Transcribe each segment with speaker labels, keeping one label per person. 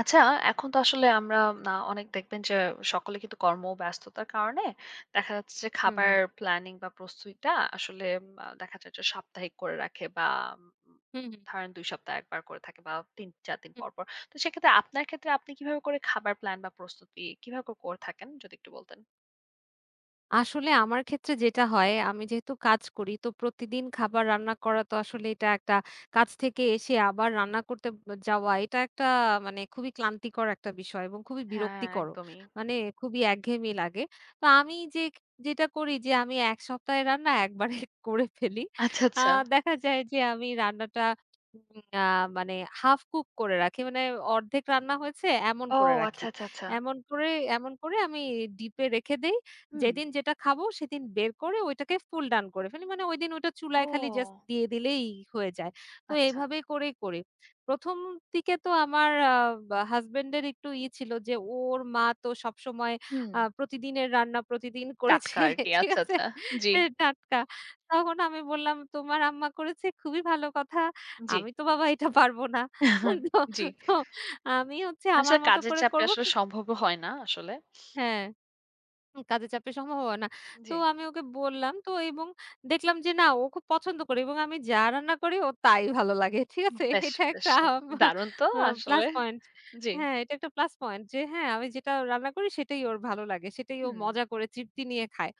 Speaker 1: আচ্ছা, এখন তো আসলে আমরা অনেক দেখবেন যে সকলে কিন্তু কর্মব্যস্ততার কারণে দেখা যাচ্ছে যে
Speaker 2: হুম,
Speaker 1: খাবার
Speaker 2: হুম।
Speaker 1: প্ল্যানিং বা প্রস্তুতিটা আসলে দেখা যায় যে সাপ্তাহিক করে রাখে বা উম
Speaker 2: হুম, হুম।
Speaker 1: ধরেন ২ সপ্তাহে ১ বার করে থাকে বা ৩, ৪ দিন
Speaker 2: হুম।
Speaker 1: পর, পর। তো সেক্ষেত্রে আপনার ক্ষেত্রে আপনি কিভাবে করে খাবার প্ল্যান বা প্রস্তুতি কিভাবে করে করে থাকেন যদি একটু বলতেন?
Speaker 2: আসলে আমার ক্ষেত্রে যেটা হয়, আমি যেহেতু কাজ করি, তো প্রতিদিন খাবার রান্না করা তো আসলে এটা একটা কাজ থেকে এসে আবার রান্না করতে যাওয়া, এটা একটা খুবই ক্লান্তিকর একটা বিষয় এবং খুবই
Speaker 1: হ্যাঁ,
Speaker 2: বিরক্তিকরও।
Speaker 1: একদমই।
Speaker 2: মানে খুবই একঘেয়েমি লাগে। তো আমি যে যেটা করি যে আমি ১ সপ্তাহের রান্না একবারে করে ফেলি।
Speaker 1: আচ্ছা,
Speaker 2: আ
Speaker 1: আচ্ছা।
Speaker 2: দেখা যায় যে আমি রান্নাটা উম আ মানে হাফ কুক করে রাখি। মানে অর্ধেক রান্না হয়েছে এমন
Speaker 1: ও
Speaker 2: করে রাখি।
Speaker 1: আচ্ছা, আচ্ছা, আচ্ছা।
Speaker 2: এমন করে এমন করে আমি ডিপে রেখে দেই।
Speaker 1: হুম।
Speaker 2: যেদিন যেটা খাবো সেদিন বের করে ওইটাকে ফুল ডান করে ফেলি। মানে ওইদিন ওইটা চুলায় খালি জাস্ট
Speaker 1: ও
Speaker 2: দিয়ে দিলেই হয়ে যায়। তো
Speaker 1: আচ্ছা।
Speaker 2: এভাবে করেই করি। ১ম দিকে তো আমার আ বা হাসব্যান্ড এর একটু ই ছিল যে ওর মা তো সবসময়
Speaker 1: হুম।
Speaker 2: প্রতিদিনের রান্না প্রতিদিন করেছে।
Speaker 1: টাটকা আরকি।
Speaker 2: ঠিক
Speaker 1: আচ্ছা,
Speaker 2: আছে?
Speaker 1: আচ্ছা। জি,
Speaker 2: এ টাটকা। তখন আমি বললাম, "তোমার আম্মা করেছে খুবই ভালো কথা।
Speaker 1: জি।
Speaker 2: আমি তো বাবা এটা পারব না।"
Speaker 1: জি।
Speaker 2: তো তো আমি হচ্ছে আমার
Speaker 1: আসলে
Speaker 2: মতো
Speaker 1: কাজের
Speaker 2: করে
Speaker 1: চাপে
Speaker 2: করব
Speaker 1: আসলে সম্ভবও হয় না আসলে।
Speaker 2: হ্যাঁ। হুম, কাজের চাপের সম্ভাবনা। তো
Speaker 1: জি।
Speaker 2: আমি ওকে বললাম তো এবং দেখলাম যে না ও খুব পছন্দ করে এবং আমি যা রান্না করি ওর তাই ভালো লাগে। ঠিক আছে?
Speaker 1: বেশ,
Speaker 2: এটা
Speaker 1: বেশ
Speaker 2: একটা
Speaker 1: দারুণ তো
Speaker 2: প্লাস
Speaker 1: আসলে।
Speaker 2: পয়েন্ট।
Speaker 1: জি।
Speaker 2: হ্যাঁ, এটা একটা প্লাস পয়েন্ট যে হ্যাঁ, আমি যেটা রান্না করি সেটাই ওর ভালো লাগে। সেটাই ও
Speaker 1: হুম,
Speaker 2: মজা করে তৃপ্তি নিয়ে খায়।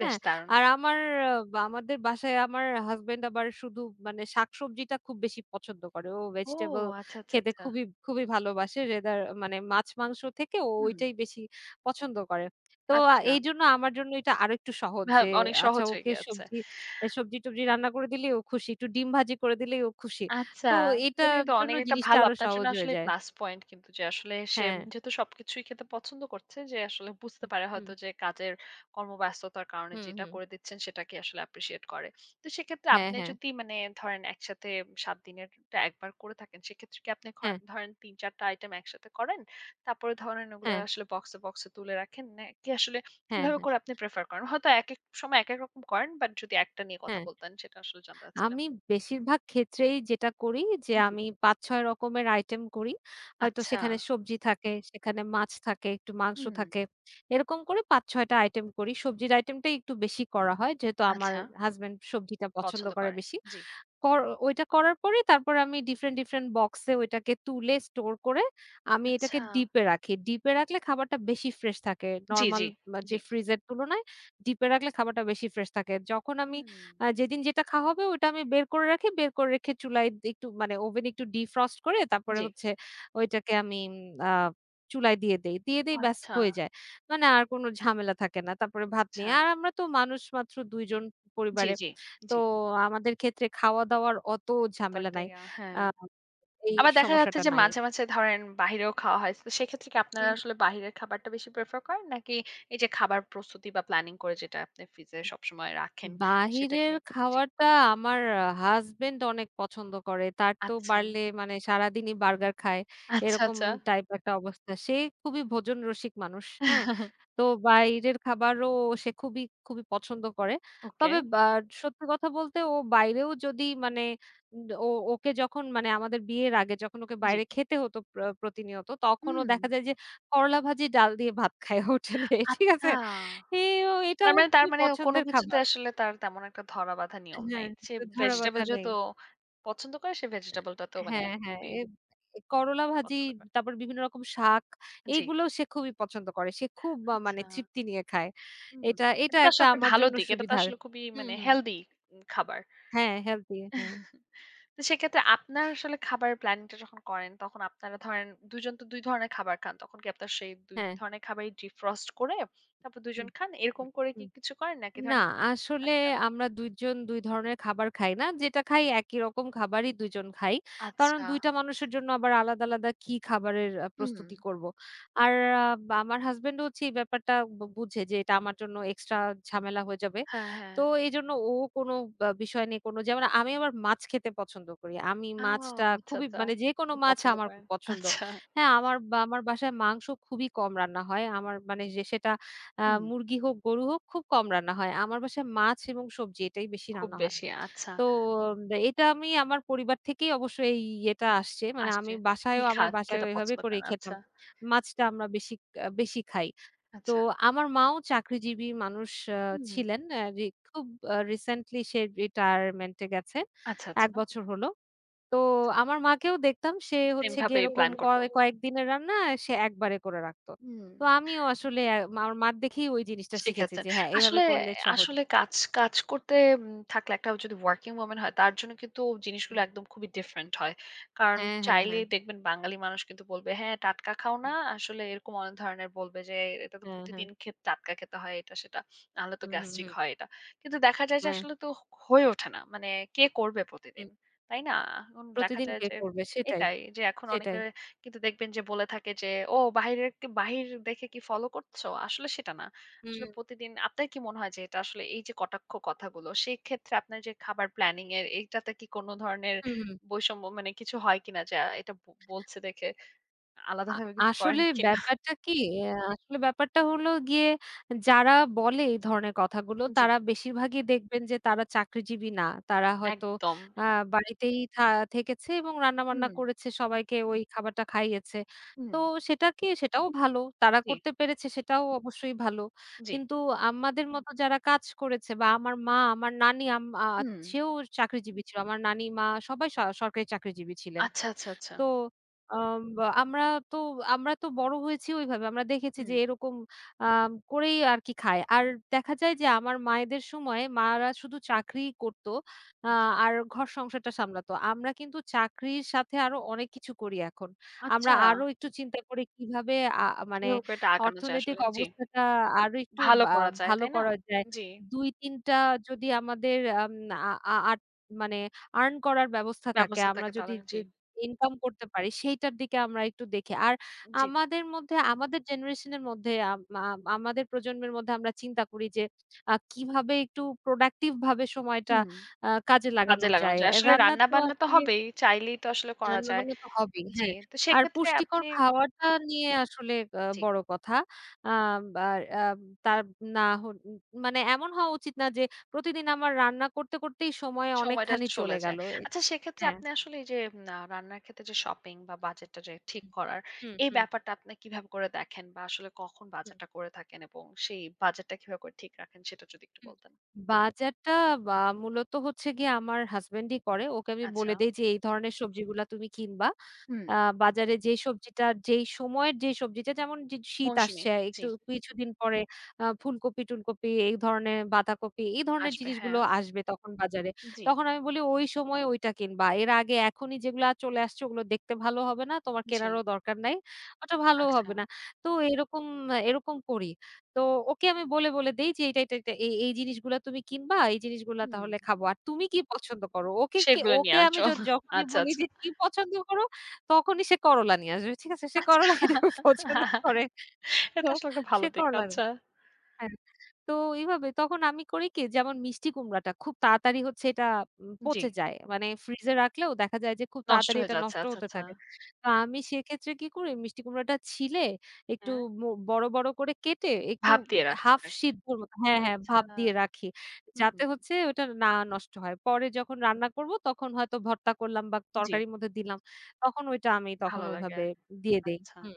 Speaker 1: বেশ
Speaker 2: হ্যাঁ,
Speaker 1: দারুণ।
Speaker 2: আর আমার বা আমাদের বাসায় আমার হাসব্যান্ড আবার শুধু মানে শাকসবজিটা খুব বেশি পছন্দ করে। ও
Speaker 1: ও
Speaker 2: ভেজিটেবল
Speaker 1: আচ্ছা, আচ্ছা,
Speaker 2: খেতে
Speaker 1: আচ্ছা।
Speaker 2: খুবই, খুবই ভালোবাসে। রেদার মানে মাছ-মাংস থেকে ও
Speaker 1: হুম,
Speaker 2: ওইটাই বেশি পছন্দ করে। তো
Speaker 1: আচ্ছা।
Speaker 2: এইজন্য আমার জন্য এটা আরেকটু সহজ
Speaker 1: ভা
Speaker 2: যে
Speaker 1: অনেক
Speaker 2: আচ্ছা
Speaker 1: সহজ হয়ে
Speaker 2: ওকে
Speaker 1: গিয়েছে।
Speaker 2: সবজি এ সবজি-টবজি রান্না করে দিলেই ও খুশি। একটু ডিম ভাজি করে দিলেই ও খুশি।
Speaker 1: আচ্ছা।
Speaker 2: তো
Speaker 1: তাহলে
Speaker 2: এটার
Speaker 1: কিন্তু
Speaker 2: জন্য
Speaker 1: অনেক একটা
Speaker 2: জিনিসটা
Speaker 1: ভালো
Speaker 2: আরো
Speaker 1: আপনার জন্য
Speaker 2: সহজ হয়ে
Speaker 1: আসলে
Speaker 2: যায়।
Speaker 1: প্লাস পয়েন্ট কিন্তু যে আসলে সে
Speaker 2: হ্যাঁ।
Speaker 1: যেহেতু সবকিছুই খেতে পছন্দ করছে যে আসলে বুঝতে
Speaker 2: হুম,
Speaker 1: পারে
Speaker 2: হুম,
Speaker 1: হয়তো যে কাজের কর্মব্যস্ততার কারণে
Speaker 2: হুম,
Speaker 1: যেটা
Speaker 2: হুম।
Speaker 1: করে দিচ্ছেন সেটাকে আসলে অ্যাপ্রিশিয়েট করে। তো সেক্ষেত্রে
Speaker 2: হ্যাঁ,
Speaker 1: আপনি
Speaker 2: হ্যাঁ,
Speaker 1: যদি মানে ধরেন একসাথে ৭ দিনেরটা একবার করে থাকেন সেক্ষেত্রে কি আপনি
Speaker 2: হ্যাঁ,
Speaker 1: ধরেন ৩-৪ টা আইটেম একসাথে করেন? তারপরে ধরেন ওগুলো
Speaker 2: হ্যাঁ,
Speaker 1: আসলে বক্সে, বক্সে তুলে রাখেন নাকি আসলে
Speaker 2: হ্যাঁ,
Speaker 1: কিভাবে
Speaker 2: হ্যাঁ,
Speaker 1: করে আপনি প্রেফার করেন? হয়তো একেক সময় একেক রকম করেন বাট যদি একটা নিয়ে কথা
Speaker 2: হ্যাঁ।
Speaker 1: বলতেন সেটা আসলে জানতে চাচ্ছিলাম।
Speaker 2: আমি বেশিরভাগ ক্ষেত্রেই যেটা করি যে
Speaker 1: জি।
Speaker 2: আমি ৫-৬ রকমের আইটেম করি। হয়তো
Speaker 1: আচ্ছা।
Speaker 2: সেখানে সবজি থাকে, সেখানে মাছ থাকে, একটু মাংস
Speaker 1: হুম,
Speaker 2: থাকে। এরকম করে ৫-৬ টা আইটেম করি। সবজির আইটেমটাই একটু বেশি করা হয়। যেহেতু আমার
Speaker 1: আচ্ছা।
Speaker 2: হাসব্যান্ড সবজিটা পছন্দ
Speaker 1: পছন্দ
Speaker 2: করে
Speaker 1: করে।
Speaker 2: বেশি।
Speaker 1: জি।
Speaker 2: কর ওইটা করার পরেই তারপর আমি ডিফারেন্ট, ডিফারেন্ট বক্সে ওইটাকে তুলে স্টোর করে আমি এটাকে
Speaker 1: আচ্ছা।
Speaker 2: ডিপে রাখি। ডিপে রাখলে খাবারটা বেশি ফ্রেশ থাকে।
Speaker 1: জি,
Speaker 2: নরমাল
Speaker 1: জি,
Speaker 2: যে
Speaker 1: জি।
Speaker 2: ফ্রিজের তুলনায় ডিপে রাখলে খাবারটা বেশি ফ্রেশ থাকে। যখন আমি
Speaker 1: হুম।
Speaker 2: যেদিন যেটা খাওয়া হবে ওইটা আমি বের করে রাখি। বের করে রেখে চুলায় একটু মানে ওভেনে একটু ডিফ্রস্ট করে তারপরে
Speaker 1: জি।
Speaker 2: হচ্ছে ওইটাকে আমি আ চুলায় দিয়ে দেই। দিয়ে দেই ব্যাস
Speaker 1: আচ্ছা,
Speaker 2: হয়ে যায়। মানে আর কোনো ঝামেলা থাকে না। তারপরে ভাত
Speaker 1: আচ্ছা।
Speaker 2: নিয়ে। আর আমরা তো মানুষ মাত্র ২ জন
Speaker 1: জি,
Speaker 2: পরিবারে।
Speaker 1: জি,
Speaker 2: তো
Speaker 1: জি।
Speaker 2: আমাদের ক্ষেত্রে খাওয়া-দাওয়ার অত
Speaker 1: তো
Speaker 2: ঝামেলা
Speaker 1: একটা
Speaker 2: নাই।
Speaker 1: ইয়া
Speaker 2: আ
Speaker 1: হ্যাঁ।
Speaker 2: এই
Speaker 1: আবার দেখা যাচ্ছে
Speaker 2: সমস্যাটা
Speaker 1: যে
Speaker 2: নাই।
Speaker 1: মাঝে, মাঝে ধরেন বাহিরেও খাওয়া হয়। তো সেক্ষেত্রে কি আপনারা
Speaker 2: হুম।
Speaker 1: আসলে বাহিরের খাবারটা বেশি প্রেফার করেন? নাকি এই যে খাবার প্রস্তুতি বা প্ল্যানিং করে যেটা আপনি ফ্রিজে সবসময় রাখেন
Speaker 2: বাহিরের
Speaker 1: সেটাকে জি।
Speaker 2: খাওয়াটা আমার হাসব্যান্ড অনেক পছন্দ করে। তার তো
Speaker 1: আচ্ছা,
Speaker 2: পারলে মানে সারাদিনই বার্গার খায়।
Speaker 1: আচ্ছা,
Speaker 2: এরকম
Speaker 1: আচ্ছা।
Speaker 2: টাইপ একটা অবস্থা। সে খুবই ভোজন রসিক মানুষ। হ্যাঁ? তো বাইরের খাবারও সে খুবই, খুবই পছন্দ করে।
Speaker 1: ওকে,
Speaker 2: তবে সত্যি কথা বলতে ও বাইরেও যদি মানে উম, ও ওকে যখন মানে আমাদের বিয়ের আগে যখন ওকে
Speaker 1: জি।
Speaker 2: বাইরে খেতে হতো প্রতিনিয়ত তখনও
Speaker 1: হুম,
Speaker 2: দেখা যায় যে করলা ভাজি, ডাল দিয়ে ভাত খায় হোটেলে। ঠিক আছে?
Speaker 1: আচ্ছা।
Speaker 2: এ ও এটা ওর
Speaker 1: তার
Speaker 2: খুবই
Speaker 1: মানে কোনো
Speaker 2: পছন্দের
Speaker 1: কিছুতে
Speaker 2: খাবার।
Speaker 1: আসলে তার তেমন একটা ধরা বাঁধা নিয়ম নাই।
Speaker 2: হ্যাঁ,
Speaker 1: সে
Speaker 2: তো ধরা
Speaker 1: ভেজিটেবল
Speaker 2: বাঁধা নেই।
Speaker 1: যেহেতু পছন্দ করে, সে ভেজিটেবলটাতেও মানে
Speaker 2: হ্যাঁ, হ্যাঁ।
Speaker 1: খুবই
Speaker 2: এ করলা ভাজি,
Speaker 1: পছন্দ করে।
Speaker 2: তারপর বিভিন্ন রকম শাক
Speaker 1: জি।
Speaker 2: এইগুলো সে খুবই পছন্দ করে। সে খুব মানে
Speaker 1: আচ্ছা।
Speaker 2: তৃপ্তি নিয়ে খায়।
Speaker 1: হুম।
Speaker 2: এটা এটা
Speaker 1: এটা তো
Speaker 2: একটা
Speaker 1: আসলে একটা
Speaker 2: আমার
Speaker 1: ভালো
Speaker 2: জন্য
Speaker 1: দিক। এটা তো
Speaker 2: সুবিধার।
Speaker 1: আসলে খুবই
Speaker 2: হুম,
Speaker 1: মানে
Speaker 2: হুম।
Speaker 1: হেলদি খাবার।
Speaker 2: হ্যাঁ, হেলথি হ্যাঁ,
Speaker 1: তো সেক্ষেত্রে আপনার আসলে খাবারের প্ল্যানিংটা যখন করেন, তখন আপনারা ধরেন ২ জন তো ২ ধরনের খাবার খান। তখন কি আপনার সেই ২
Speaker 2: হ্যাঁ।
Speaker 1: ধরনের খাবারই ডিফ্রস্ট করে তারপর ২
Speaker 2: হুম,
Speaker 1: জন খান? এরকম
Speaker 2: হুম,
Speaker 1: করে কি
Speaker 2: হুম।
Speaker 1: কিছু করেন নাকি
Speaker 2: না,
Speaker 1: ধরেন
Speaker 2: আসলে
Speaker 1: আচ্ছা,
Speaker 2: আমরা ২ জন ২ ধরনের খাবার খাই না। যেটা খাই একই রকম খাবারই ২ জন খাই। কারণ
Speaker 1: আচ্ছা।
Speaker 2: ২ টা মানুষের জন্য আবার আলাদা, আলাদা কি খাবারের
Speaker 1: হুম।
Speaker 2: প্রস্তুতি করব। আর আ আমার হাসব্যান্ড হচ্ছে এই ব্যাপারটা বুঝে যে এটা আমার জন্য এক্সট্রা ঝামেলা হয়ে যাবে।
Speaker 1: হ্যাঁ, হ্যাঁ।
Speaker 2: তো এজন্য ও কোনো বিষয় নিয়ে কোনো যেমন আমি আবার মাছ খেতে পছন্দ করি। আমি
Speaker 1: আও
Speaker 2: মাছটা
Speaker 1: আচ্ছা,
Speaker 2: খুবই
Speaker 1: আচ্ছা।
Speaker 2: মানে যেকোনো
Speaker 1: খুব
Speaker 2: মাছ
Speaker 1: পছন্দ
Speaker 2: আমার খুব
Speaker 1: করেন।
Speaker 2: পছন্দ।
Speaker 1: আচ্ছা।
Speaker 2: হ্যাঁ, আমার আমার বাসায় মাংস খুবই কম রান্না হয়। আমার মানে যে সেটা আ
Speaker 1: হুম,
Speaker 2: মুরগি হোক, গরু হোক খুব কম রান্না হয়। আমার বাসায় মাছ এবং সবজি এটাই বেশি
Speaker 1: খুব
Speaker 2: রান্না হয়।
Speaker 1: বেশি আচ্ছা।
Speaker 2: তো এটা আমি আমার পরিবার থেকেই অবশ্য এই ইয়েটা আসছে। মানে আমি
Speaker 1: আসছে। কি
Speaker 2: বাসায়ও
Speaker 1: খা
Speaker 2: আমার বাসায়ও
Speaker 1: খেতে
Speaker 2: এভাবে
Speaker 1: পছন্দ
Speaker 2: করেই
Speaker 1: করেন?
Speaker 2: খেতাম।
Speaker 1: আচ্ছা,
Speaker 2: মাছটা আমরা বেশি বেশি খাই। তো
Speaker 1: আচ্ছা।
Speaker 2: আমার মাও চাকরিজীবী মানুষ আ
Speaker 1: হুম।
Speaker 2: ছিলেন। আ রি খুব রিসেন্টলি সে রিটায়ারমেন্ট এ গেছে।
Speaker 1: আচ্ছা,
Speaker 2: ১
Speaker 1: আচ্ছা,
Speaker 2: বছর হলো। তো
Speaker 1: আচ্ছা।
Speaker 2: আমার মাকেও দেখতাম সে
Speaker 1: সেম
Speaker 2: হচ্ছে গিয়ে
Speaker 1: ভাবেই
Speaker 2: এরকম
Speaker 1: প্লান করতো।
Speaker 2: কয়েকদিনের রান্না সে একবারে করে রাখতো।
Speaker 1: হুম।
Speaker 2: তো আমিও আসলে আমার মার দেখেই ওই জিনিসটা শিখেছি
Speaker 1: শিখেছেন।
Speaker 2: যে হ্যাঁ, এভাবে
Speaker 1: আসলে,
Speaker 2: করলে সহজ।
Speaker 1: আসলে কাজ, কাজ করতে উম থাকলে একটা যদি ওয়ার্কিং ওম্যান হয় তার জন্য কিন্তু
Speaker 2: হুম।
Speaker 1: জিনিসগুলো একদম খুবই ডিফারেন্ট হয়। কারণ
Speaker 2: হ্যাঁ, হ্যাঁ, হ্যাঁ।
Speaker 1: চাইলেই দেখবেন বাঙালি মানুষ কিন্তু বলবে, "হ্যাঁ, টাটকা খাও না?"
Speaker 2: হুম।
Speaker 1: আসলে এরকম অনেক ধরনের বলবে যে, "এটা তো
Speaker 2: হ্যাঁ, হ্যাঁ।
Speaker 1: প্রতিদিন টাটকা খেতে হয় এটা সেটা। নাহলে তো
Speaker 2: হুম, হুম,
Speaker 1: গ্যাস্ট্রিক
Speaker 2: হুম।
Speaker 1: হয় এটা।" কিন্তু দেখা যায় যে
Speaker 2: হ্যাঁ,
Speaker 1: আসলে তো হয়ে ওঠে না। মানে কে করবে
Speaker 2: হুম।
Speaker 1: প্রতিদিন? তাই না? এখন দেখা
Speaker 2: প্রতিদিন
Speaker 1: যায়
Speaker 2: কে
Speaker 1: যে
Speaker 2: করবে সেটাই,
Speaker 1: এটাই যে এখন অনেকে
Speaker 2: সেটাই।
Speaker 1: কিন্তু দেখবেন যে বলে থাকে যে, "ও বাহিরের, বাহির দেখে কি ফলো করছো?" আসলে সেটা না।
Speaker 2: হুম,
Speaker 1: আসলে প্রতিদিন আপনার কি মনে হয় যে এটা আসলে এই যে কটাক্ষ কথাগুলো, সেক্ষেত্রে আপনার যে খাবার প্ল্যানিং এর এইটাতে কি কোনো ধরনের
Speaker 2: হুম।
Speaker 1: বৈষম্য মানে কিছু হয় কিনা? যে এটা বলছে দেখে
Speaker 2: আ
Speaker 1: আলাদাভাবে কিছু করেন
Speaker 2: আসলে
Speaker 1: কিনা?
Speaker 2: ব্যাপারটা কি? আসলে ব্যাপারটা হলো গিয়ে যারা বলে এই ধরনের কথাগুলো
Speaker 1: জি,
Speaker 2: তারা বেশিরভাগই দেখবেন যে তারা চাকরিজীবী না। তারা হয়তো
Speaker 1: একদম।
Speaker 2: আ বাড়িতেই থা থেকেছে এবং রান্নাবান্না
Speaker 1: হুম,
Speaker 2: করেছে সবাইকে ওই খাবারটা খাইয়েছে। তো
Speaker 1: হুম।
Speaker 2: সেটাও ভালো। তারা
Speaker 1: জি,
Speaker 2: করতে পেরেছে সেটাও অবশ্যই ভালো।
Speaker 1: জি।
Speaker 2: কিন্তু আমাদের মতো যারা কাজ করেছে বা আমার মা, আমার নানি আম আ
Speaker 1: হুম।
Speaker 2: সেও চাকরিজীবী ছিল। আমার নানি, মা সবাই সরকারি চাকরিজীবী ছিলেন।
Speaker 1: আচ্ছা, আচ্ছা, আচ্ছা।
Speaker 2: তো আম বা তো আমরা তো বড় হয়েছি ওইভাবে। আমরা দেখেছি যে
Speaker 1: হুম,
Speaker 2: এরকম করেই আরকি খায়। আর দেখা যায় যে আমার মায়েদের সময় মারা শুধু চাকরিই করত। আ
Speaker 1: আচ্ছা।
Speaker 2: আর ঘর সংসারটা সামলাতো। আমরা কিন্তু চাকরির সাথে আরো অনেক কিছু করি এখন। আমরা
Speaker 1: আচ্ছা,
Speaker 2: আরো একটু চিন্তা করি কিভাবে আ মানে
Speaker 1: কিভাবে করে এটা আগানো যায়
Speaker 2: অর্থনৈতিক
Speaker 1: আসলে? জি।
Speaker 2: অবস্থাটা আরো একটু
Speaker 1: ভালো করা যায়,
Speaker 2: ভালো
Speaker 1: তাই না?
Speaker 2: করা যায়।
Speaker 1: জি।
Speaker 2: ২-৩ টা যদি আমাদের আম আ আ আট মানে আর্ন করার ব্যবস্থা থাকে
Speaker 1: ব্যবস্থা
Speaker 2: আমরা
Speaker 1: থাকে
Speaker 2: যদি
Speaker 1: তাহলে জি,
Speaker 2: ইনকাম করতে পারি সেইটার দিকে আমরা একটু দেখি। আর
Speaker 1: জি।
Speaker 2: আমাদের জেনারেশনের মধ্যে আম আম আমাদের প্রজন্মের মধ্যে আমরা চিন্তা করি যে কিভাবে একটু প্রোডাক্টিভ ভাবে সময়টা
Speaker 1: হুম।
Speaker 2: কাজে লাগানো
Speaker 1: কাজে লাগানো
Speaker 2: যায়।
Speaker 1: যায়। আসলে
Speaker 2: রান্না তো
Speaker 1: রান্না-বান্না তো
Speaker 2: আসলে
Speaker 1: হবেই। চাইলেই তো আসলে করা যায়।
Speaker 2: রান্না-বান্না তো হবেই,
Speaker 1: জি,
Speaker 2: হ্যাঁ।
Speaker 1: তো
Speaker 2: আর
Speaker 1: সেক্ষেত্রে
Speaker 2: পুষ্টিকর
Speaker 1: আপনি
Speaker 2: খাওয়াটা নিয়ে আসলে
Speaker 1: জি,
Speaker 2: বড় কথা। আম আর আম তার না হ মানে এমন হওয়া উচিত না যে প্রতিদিন আমার করতেই সময়
Speaker 1: সময়টা
Speaker 2: অনেকখানি চলে
Speaker 1: চলে
Speaker 2: গেল।
Speaker 1: যায়।
Speaker 2: এ
Speaker 1: আচ্ছা সেক্ষেত্রে
Speaker 2: হ্যাঁ।
Speaker 1: আপনি আসলে এই যে রান্নার ক্ষেত্রে যে শপিং বা বাজেটটা যে ঠিক করার,
Speaker 2: হুম,
Speaker 1: এই
Speaker 2: হুম,
Speaker 1: ব্যাপারটা আপনি কিভাবে করে দেখেন বা আসলে কখন
Speaker 2: হুম।
Speaker 1: বাজারটা করে থাকেন এবং সেই বাজেটটা কিভাবে করে ঠিক রাখেন সেটা যদি একটু
Speaker 2: হুম।
Speaker 1: বলতেন।
Speaker 2: বাজারটা বা মূলত হচ্ছে গিয়ে আমার হাসব্যান্ডই করে। ওকে আমি বলে
Speaker 1: আচ্ছা।
Speaker 2: দেই যে, "এই ধরনের সবজিগুলা তুমি কিনবা।
Speaker 1: হুম,
Speaker 2: আ বাজারে যেই সময়ের যেই সবজিটা যেমন যে শীত
Speaker 1: মৌসুমী।
Speaker 2: আসছে
Speaker 1: জি,
Speaker 2: একটু কিছুদিন পরে ফুলকপি-টুলকপি এই ধরনের বাঁধাকপি এই ধরনের
Speaker 1: আসবে হ্যাঁ।
Speaker 2: জিনিসগুলো আসবে তখন বাজারে।
Speaker 1: জি,
Speaker 2: তখন আমি বলি ওই সময় ওইটা কিনবা। এর আগে এখনই যেগুলা চলে আসছে ওগুলো দেখতে ভালো হবে না। তোমার
Speaker 1: জি,
Speaker 2: কেনারও দরকার নাই। ওটা ভালোও
Speaker 1: আচ্ছা।
Speaker 2: হবে না। তো এরকম এরকম করি। তো বলে দেই যে এটা এই জিনিসগুলা তুমি কিনবা, এই জিনিসগুলা
Speaker 1: হুম,
Speaker 2: তাহলে খাবো। আর তুমি কি পছন্দ করো?
Speaker 1: সেগুলো
Speaker 2: ওকে
Speaker 1: নিয়ে
Speaker 2: আমি
Speaker 1: আসো।
Speaker 2: যখনই
Speaker 1: আচ্ছা,
Speaker 2: বলি
Speaker 1: আচ্ছা।
Speaker 2: যে কি পছন্দ করো তখনই সে করলা নিয়ে আসবে। ঠিক আছে? সে করলা
Speaker 1: আচ্ছা।
Speaker 2: খেতে খুব পছন্দ করে। তো
Speaker 1: এটা আসলে একটা
Speaker 2: সে
Speaker 1: ভালো দিক।
Speaker 2: করলা
Speaker 1: আচ্ছা।
Speaker 2: হ্যাঁ, তো এভাবে তখন আমি করি কি যেমন মিষ্টি কুমড়াটা খুব তাড়াতাড়ি হচ্ছে এটা
Speaker 1: জি,
Speaker 2: পচে যায়। মানে ফ্রিজে রাখলেও দেখা যায় যে খুব
Speaker 1: নষ্ট
Speaker 2: তাড়াতাড়ি
Speaker 1: হয়ে
Speaker 2: এটা
Speaker 1: যাচ্ছে।
Speaker 2: নষ্ট
Speaker 1: আচ্ছা,
Speaker 2: হতে
Speaker 1: আচ্ছা।
Speaker 2: থাকে। তো আমি সেক্ষেত্রে কি করি মিষ্টি কুমড়াটা ছিলে একটু
Speaker 1: হ্যাঁ।
Speaker 2: বড়, বড় করে কেটে একটু
Speaker 1: ভাব দিয়ে রাখছেন
Speaker 2: হাফ
Speaker 1: আরকি।
Speaker 2: সিদ্ধর মতো হ্যাঁ, হ্যাঁ
Speaker 1: আচ্ছা,
Speaker 2: ভাপ দিয়ে রাখি।
Speaker 1: হুম,
Speaker 2: যাতে হচ্ছে ওটা না নষ্ট হয়। পরে যখন রান্না করব তখন হয়তো ভর্তা করলাম বা
Speaker 1: জি,
Speaker 2: তরকারির মধ্যে দিলাম। তখন ওইটা আমি তখন
Speaker 1: ভালো লাগে।
Speaker 2: ওইভাবে দিয়ে দেই।
Speaker 1: আচ্ছা।
Speaker 2: হুম,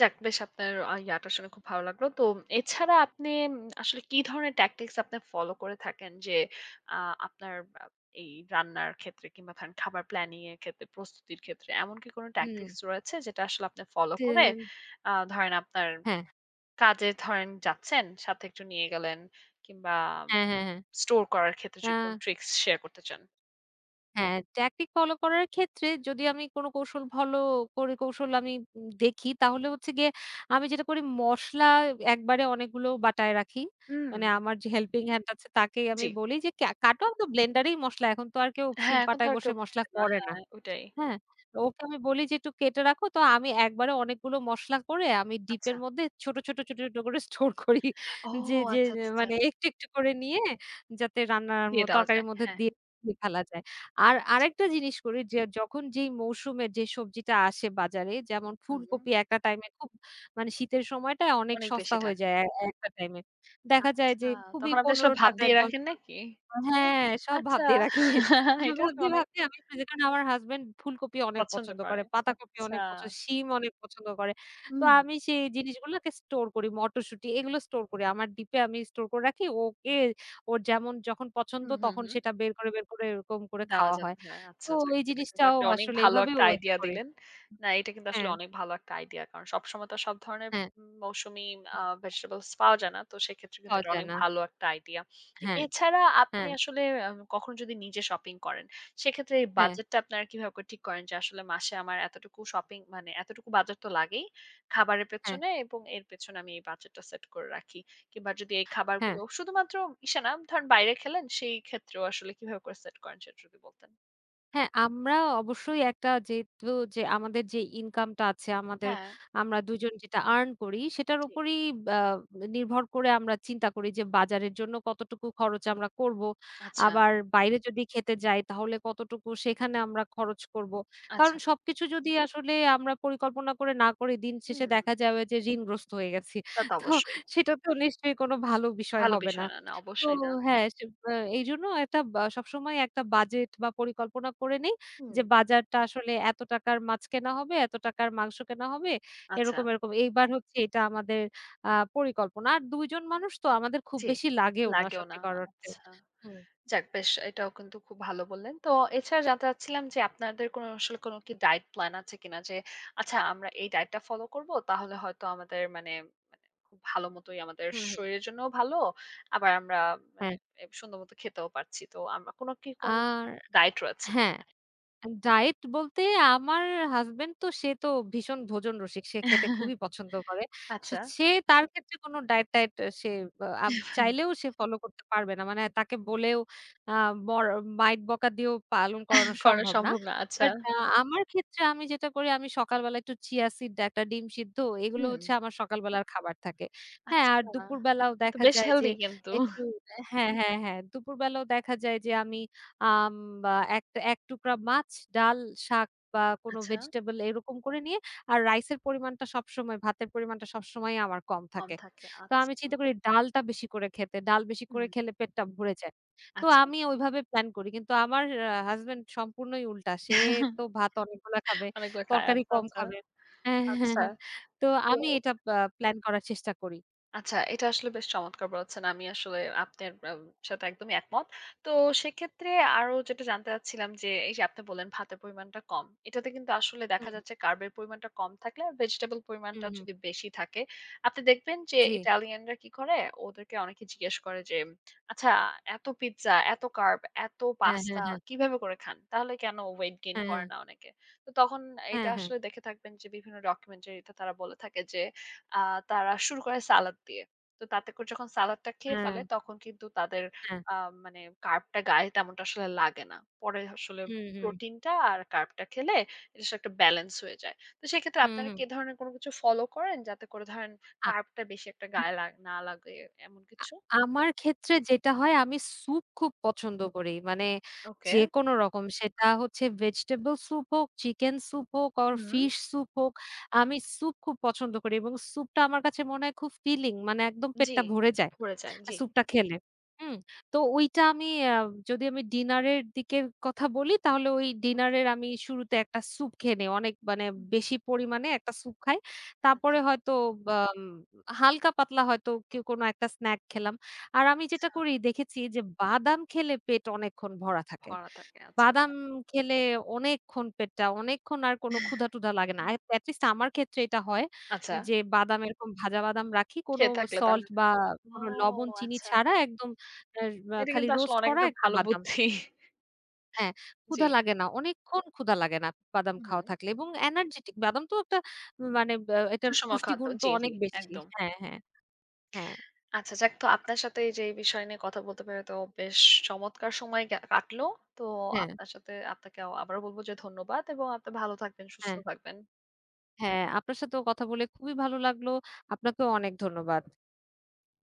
Speaker 1: যাক বেশ আপনার ইয়াটা শুনে খুব ভালো লাগলো। তো এছাড়া আপনি আসলে কি ধরনের ট্যাকটিক্স আপনি ফলো করে থাকেন যে আ আপনার আ এই রান্নার ক্ষেত্রে কিংবা ধরেন খাবার প্ল্যানিং এর ক্ষেত্রে, প্রস্তুতির ক্ষেত্রে এমন কি কোনো
Speaker 2: হুম।
Speaker 1: ট্যাকটিক্স রয়েছে যেটা আসলে আপনি ফলো
Speaker 2: তে
Speaker 1: করে ধরেন আপনার
Speaker 2: হ্যাঁ,
Speaker 1: কাজে ধরেন যাচ্ছেন, সাথে একটু নিয়ে গেলেন কিংবা
Speaker 2: হ্যাঁ, হ্যাঁ, হ্যাঁ।
Speaker 1: স্টোর করার ক্ষেত্রে
Speaker 2: আ
Speaker 1: যদি কোন ট্রিক্স শেয়ার করতে চান?
Speaker 2: হ্যাঁ, ট্যাকটিক ফলো করার ক্ষেত্রে যদি আমি কোনো কৌশল ফলো করে কৌশল আমি দেখি তাহলে হচ্ছে গিয়ে আমি যেটা করি মসলা একবারে অনেকগুলো বাটায় রাখি।
Speaker 1: হুম,
Speaker 2: মানে আমার যে হেল্পিং হ্যান্ড আছে তাকেই আমি
Speaker 1: জি।
Speaker 2: বলি যে, কাটো আমি তো ব্লেন্ডারেই মসলা এখন তো আর কেউ শিল
Speaker 1: হ্যাঁ, এখন তো
Speaker 2: পাটায়
Speaker 1: আর
Speaker 2: বসে
Speaker 1: কেউ
Speaker 2: মসলা
Speaker 1: বলে না।
Speaker 2: করে না।"
Speaker 1: হ্যাঁ, ওটাই।
Speaker 2: হ্যাঁ, ওকে আমি বলি যে একটু কেটে রাখো। তো আমি একবারে অনেকগুলো মসলা করে আমি
Speaker 1: আচ্ছা।
Speaker 2: ডিপের মধ্যে ছোট, ছোট করে স্টোর করি।
Speaker 1: ও
Speaker 2: যে, যে,
Speaker 1: আচ্ছা, আচ্ছা, আচ্ছা।
Speaker 2: মানে একটু করে নিয়ে যাতে রান্নার ম
Speaker 1: দিয়ে দেওয়া
Speaker 2: তরকারির
Speaker 1: যায়।
Speaker 2: মধ্যে
Speaker 1: হ্যাঁ।
Speaker 2: দিয়ে দিয়ে ফেলা যায়। আর
Speaker 1: আচ্ছা।
Speaker 2: আরেকটা জিনিস করি যে যখন যেই মৌসুমের যে সবজিটা আসে বাজারে যেমন
Speaker 1: হুম,
Speaker 2: ফুলকপি একটা টাইমে খুব মানে শীতের সময়টায় অনেক
Speaker 1: অনেক
Speaker 2: সস্তা
Speaker 1: বেশি
Speaker 2: হয়ে
Speaker 1: থাকে।
Speaker 2: যায় এ একটা টাইমে। দেখা যায় যে
Speaker 1: আচ্ছা,
Speaker 2: খুবই
Speaker 1: তখন আপনি আসলে ভাপ
Speaker 2: ৳১৫
Speaker 1: দিয়ে রাখেন
Speaker 2: ৳১০
Speaker 1: নাকি?
Speaker 2: হ্যাঁ, সব ভাপ
Speaker 1: আচ্ছা,
Speaker 2: দিয়ে রাখি।
Speaker 1: এটা তো অনেক
Speaker 2: ভাপ দিয়ে আমি ফ্রিজে, কারণ আমার হাসব্যান্ড ফুলকপি অনেক
Speaker 1: পছন্দ
Speaker 2: পছন্দ করে,
Speaker 1: করে।
Speaker 2: পাতাকপি অনেক
Speaker 1: আচ্ছা।
Speaker 2: পছন্দ, শিম অনেক পছন্দ করে। তো
Speaker 1: হুম।
Speaker 2: আমি সেই জিনিসগুলোকে স্টোর করি। মটরশুঁটি এগুলো স্টোর করি। আমার ডিপে আমি স্টোর করে রাখি। ওকে ওর যেমন যখন পছন্দ
Speaker 1: হুম, হুম,
Speaker 2: তখন
Speaker 1: হুম।
Speaker 2: সেটা বের করে এরকম করে
Speaker 1: দেওয়া
Speaker 2: খাওয়া হয়।
Speaker 1: যাবে হ্যাঁ,
Speaker 2: তো
Speaker 1: আচ্ছা যাক।
Speaker 2: এই
Speaker 1: এটা কিন্তু
Speaker 2: জিনিসটাও
Speaker 1: আপনি অনেক
Speaker 2: আসলে
Speaker 1: ভালো
Speaker 2: এভাবেও
Speaker 1: একটা
Speaker 2: একটা
Speaker 1: আইডিয়া
Speaker 2: করি।
Speaker 1: দিলেন। না এটা কিন্তু আসলে
Speaker 2: হ্যাঁ,
Speaker 1: অনেক ভালো একটা আইডিয়া। কারণ সবসময় তো সব ধরনের
Speaker 2: হ্যাঁ,
Speaker 1: মৌসুমি ভেজিটেবলস পাওয়া যায় না। তো সেক্ষেত্রে কিন্তু
Speaker 2: পাওয়া
Speaker 1: এটা
Speaker 2: যায়
Speaker 1: অনেক
Speaker 2: না।
Speaker 1: ভালো একটা আইডিয়া। তো
Speaker 2: হ্যাঁ,
Speaker 1: এছাড়া আপনি
Speaker 2: হ্যাঁ,
Speaker 1: আসলে কখনো যদি নিজে শপিং করেন, সেক্ষেত্রে এই
Speaker 2: হ্যাঁ,
Speaker 1: বাজেটটা আপনারা কিভাবে করে ঠিক করেন যে আসলে মাসে আমার এতটুকু শপিং মানে এতটুকু বাজেট তো লাগেই। খাবারের
Speaker 2: হ্যাঁ,
Speaker 1: পেছনে এবং এর পেছনে আমি এই বাজেটটা সেট করে রাখি। কিংবা যদি এই
Speaker 2: হ্যাঁ।
Speaker 1: খাবারগুলো শুধুমাত্র ইসে না, ধরেন বাইরে খেলেন সেই ক্ষেত্রেও আসলে কিভাবে করে সেট করেন সেটা যদি বলতেন।
Speaker 2: হ্যাঁ, আমরা অবশ্যই একটা যেহেতু যে আমাদের যে ইনকামটা আছে আমাদের
Speaker 1: হ্যাঁ,
Speaker 2: আমরা দুজন যেটা আর্ন করি সেটার
Speaker 1: জি।
Speaker 2: উপরেই আ নির্ভর করে আমরা চিন্তা করি যে বাজারের জন্য কতটুকু খরচ আমরা করব।
Speaker 1: আচ্ছা,
Speaker 2: আবার বাইরে যদি খেতে যাই তাহলে কতটুকু সেখানে আমরা খরচ করব।
Speaker 1: আচ্ছা।
Speaker 2: কারণ সবকিছু যদি আসলে আমরা পরিকল্পনা করে না করি দিন শেষে
Speaker 1: হুম,
Speaker 2: দেখা যাবে যে ঋণগ্রস্ত হয়ে গেছি।
Speaker 1: তা তো
Speaker 2: তো
Speaker 1: অবশ্যই।
Speaker 2: সেটা তো নিশ্চয়ই কোনো ভালো বিষয়
Speaker 1: ভালো
Speaker 2: হবে না।
Speaker 1: বিষয় না, না
Speaker 2: তো
Speaker 1: অবশ্যই না।
Speaker 2: হ্যাঁ, সে আ এইজন্য একটা বা সবসময় একটা বাজেট বা পরিকল্পনা করে নেই
Speaker 1: হুম,
Speaker 2: যে বাজারটা আসলে এত টাকার মাছ কেনা হবে, এত টাকার মাংস কেনা হবে।
Speaker 1: আচ্ছা,
Speaker 2: এরকম। এইবার হচ্ছে এটা আমাদের আ পরিকল্পনা। আর ২ জন মানুষ তো আমাদের খুব
Speaker 1: জি।
Speaker 2: বেশি লাগেও না
Speaker 1: লাগেও না।
Speaker 2: সত্যিকার অর্থে।
Speaker 1: আচ্ছা।
Speaker 2: হুম,
Speaker 1: যাক বেশ এটাও কিন্তু খুব ভালো বললেন। তো এছাড়া জানতে চাচ্ছিলাম যে আপনাদের কোনো আসলে কোনো কি ডায়েট প্ল্যান আছে কিনা? যে আচ্ছা আমরা এই ডায়েটটা ফলো করব তাহলে হয়তো আমাদের মানে খুব ভালো মতোই আমাদের
Speaker 2: হুম, হুম।
Speaker 1: শরীরের জন্যও ভালো। আবার আমরা মানে
Speaker 2: হ্যাঁ,
Speaker 1: এ সুন্দরমতো খেতেও পারছি। তো আমরা কোনো কি কোনো
Speaker 2: আর
Speaker 1: ডায়েট রয়েছে কিনা?
Speaker 2: হ্যাঁ। ডায়েট বলতে আমার হাসব্যান্ড তো সে তো ভীষণ ভোজন রসিক। সে খেতে খুবই পছন্দ করে। সো
Speaker 1: আচ্ছা।
Speaker 2: সে তার ক্ষেত্রে কোনো ডায়েট-টায়েট সে আ আব চাইলেও সে ফলো করতে পারবে না। মানে তাকে বলেও আ বর মাইট বকা দিয়েও পালন করানো
Speaker 1: করা
Speaker 2: সম্ভব না।
Speaker 1: সম্ভব না। আচ্ছা।
Speaker 2: বাট আমার ক্ষেত্রে আমি যেটা করি আমি সকালবেলা একটু চিয়া সিড, একটা ডিম সিদ্ধ এগুলো
Speaker 1: হুম।
Speaker 2: হচ্ছে আমার সকালবেলার খাবার থাকে। হ্যাঁ, আর
Speaker 1: আচ্ছা।
Speaker 2: দুপুরবেলাও
Speaker 1: তো
Speaker 2: দেখা
Speaker 1: বেশ
Speaker 2: যায় যে
Speaker 1: হেলদি কিন্তু।
Speaker 2: একটু হ্যাঁ, হ্যাঁ, হ্যাঁ। দুপুরবেলাও দেখা যায় যে আমি আম বা এক এক টুকরা মাছ, ডাল, শাক বা কোনো
Speaker 1: আচ্ছা।
Speaker 2: ভেজিটেবল এরকম করে নিয়ে আর রাইসের পরিমাণটা সবসময় ভাতের পরিমাণটা সবসময়ই আমার কম
Speaker 1: কম
Speaker 2: থাকে।
Speaker 1: থাকে।
Speaker 2: তো আমি
Speaker 1: আচ্ছা।
Speaker 2: চিন্তা করি ডালটা বেশি করে খেতে। ডাল বেশি করে
Speaker 1: হুম।
Speaker 2: খেলে পেটটা ভরে যায়। তো
Speaker 1: আচ্ছা।
Speaker 2: আমি ওইভাবে প্ল্যান করি। কিন্তু আমার হাসব্যান্ড সম্পূর্ণই উল্টা। সে তো ভাত অনেকগুলা খাবে,
Speaker 1: অনেকগুলো খায়।
Speaker 2: তরকারি
Speaker 1: আচ্ছা,
Speaker 2: কম
Speaker 1: আচ্ছা।
Speaker 2: খাবে। হ্যাঁ, হ্যাঁ,
Speaker 1: আচ্ছা।
Speaker 2: হ্যাঁ। তো
Speaker 1: তো
Speaker 2: আমি এটা প্ল্যান করার চেষ্টা করি।
Speaker 1: আচ্ছা, এটা আসলে বেশ চমৎকার বলেছেন। আমি আসলে আপনার সাথে একদমই একমত। তো সেক্ষেত্রে আরো যেটা জানতে চাচ্ছিলাম যে, এই যে আপনি বললেন ভাতের পরিমাণটা কম। এটাতে কিন্তু আসলে দেখা
Speaker 2: হুম,
Speaker 1: যাচ্ছে কার্বের পরিমাণটা কম থাকলে আর ভেজিটেবল
Speaker 2: হুম,
Speaker 1: পরিমাণটা
Speaker 2: হুম,
Speaker 1: যদি বেশি থাকে, আপনি দেখবেন যে
Speaker 2: জি।
Speaker 1: ইটালিয়ানরা কি করে? ওদেরকে অনেকে জিজ্ঞেস করে যে, "আচ্ছা এত পিজ্জা, এত কার্ব, এত
Speaker 2: হ্যাঁ, হ্যাঁ,
Speaker 1: পাস্তা
Speaker 2: হ্যাঁ।
Speaker 1: কিভাবে করে খান? তাহলে কেন ওয়েট গেইন
Speaker 2: হ্যাঁ, হ্যাঁ।
Speaker 1: করে না অনেকে?" তো তখন এটা
Speaker 2: হ্যাঁ, হ্যাঁ।
Speaker 1: আসলে দেখে থাকবেন যে বিভিন্ন ডকুমেন্টারিতে তারা বলে থাকে যে আ তারা শুরু করে সালাদ দিয়ে। তো তাতে করে যখন সালাদটা খেয়ে
Speaker 2: হ্যাঁ,
Speaker 1: ফেলে তখন কিন্তু তাদের
Speaker 2: হ্যাঁ।
Speaker 1: আ মানে কার্বটা গায়ে তেমনটা আসলে লাগে না। পরে আসলে
Speaker 2: হুম, হুম।
Speaker 1: প্রোটিনটা আর কার্বটা খেলে এটা আসলে একটা ব্যালেন্স হয়ে যায়। তো সেক্ষেত্রে
Speaker 2: হুম,
Speaker 1: আপনারা
Speaker 2: হুম।
Speaker 1: কি ধরনের কোনো কিছু ফলো করেন যাতে করে ধরেন
Speaker 2: আ, হু,
Speaker 1: কার্বটা বেশি একটা গায়ে লাগ না লাগে এমন কিছু?
Speaker 2: আমার ক্ষেত্রে যেটা হয় আমি স্যুপ খুব পছন্দ করি। মানে
Speaker 1: ওকে।
Speaker 2: যেকোনো রকম সেটা হচ্ছে ভেজিটেবল স্যুপ হোক, চিকেন স্যুপ হোক অর
Speaker 1: হুম।
Speaker 2: ফিশ স্যুপ হোক। আমি স্যুপ খুব পছন্দ করি এবং স্যুপটা আমার কাছে মনে হয় খুব ফিলিং মানে একদম
Speaker 1: জি,
Speaker 2: পেটটা ভরে যায়।
Speaker 1: ভরে যায়। জি।
Speaker 2: স্যুপটা খেলে। হুম, তো ওইটা আমি আ যদি আমি ডিনারের দিকের কথা বলি তাহলে ওই
Speaker 1: ওকে।
Speaker 2: ডিনারের আমি শুরুতে একটা স্যুপ খেয়ে নেই। অনেক মানে
Speaker 1: হুম।
Speaker 2: বেশি পরিমাণে একটা স্যুপ খাই। তারপরে
Speaker 1: আচ্ছা,
Speaker 2: হয়তো বাম হালকা পাতলা হয়তো কেউ কোনো একটা স্নাক খেলাম। আর আমি যেটা
Speaker 1: আচ্ছা।
Speaker 2: করি দেখেছি যে বাদাম খেলে পেট অনেকক্ষণ ভরা থাকে।
Speaker 1: ভরা থাকে। আচ্ছা,
Speaker 2: বাদাম
Speaker 1: আচ্ছা।
Speaker 2: খেলে অনেকক্ষণ অনেকক্ষণ আর কোনো ক্ষুধা-টুধা লাগে না। এটলিস্ট আমার ক্ষেত্রে এটা হয়
Speaker 1: আচ্ছা,
Speaker 2: যে বাদাম এরকম ভাজা বাদাম রাখি কোনো
Speaker 1: খেয়ে থাকলে
Speaker 2: সল্ট
Speaker 1: তাহলে
Speaker 2: বা
Speaker 1: ও
Speaker 2: কোনো লবণ চিনি
Speaker 1: আচ্ছা।
Speaker 2: ছাড়া একদম এর বা
Speaker 1: এটা
Speaker 2: খালি
Speaker 1: কিন্তু আসলে
Speaker 2: রোস্ট
Speaker 1: অনেক
Speaker 2: করা
Speaker 1: একটা
Speaker 2: একটা
Speaker 1: ভালো
Speaker 2: বাদাম।
Speaker 1: বুদ্ধি।
Speaker 2: হ্যাঁ,
Speaker 1: জি।
Speaker 2: ক্ষুধা লাগে না। অনেকক্ষণ ক্ষুধা লাগে না বাদাম
Speaker 1: হুম।
Speaker 2: খাওয়া থাকলে এবং এনার্জেটিক বাদাম তো একটা মানে ব্যা এটার
Speaker 1: সুষম খাদ্য।
Speaker 2: পুষ্টিগুণ তো
Speaker 1: জি,
Speaker 2: অনেক
Speaker 1: জি,
Speaker 2: বেশি।
Speaker 1: একদম।
Speaker 2: হ্যাঁ, হ্যাঁ, হ্যাঁ,
Speaker 1: আচ্ছা যাক তো আপনার সাথে এই যে এই বিষয় নিয়ে কথা বলতে পেরে তো বেশ চমৎকার সময় কাটলো। তো
Speaker 2: হ্যাঁ,
Speaker 1: আপনার সাথে আপনাকে আবারও বলব যে ধন্যবাদ এবং আপনি ভালো থাকবেন, সুস্থ
Speaker 2: হ্যাঁ।
Speaker 1: থাকবেন।
Speaker 2: হ্যাঁ, আপনার সাথেও কথা বলে খুবই ভালো লাগলো। আপনাকেও অনেক ধন্যবাদ।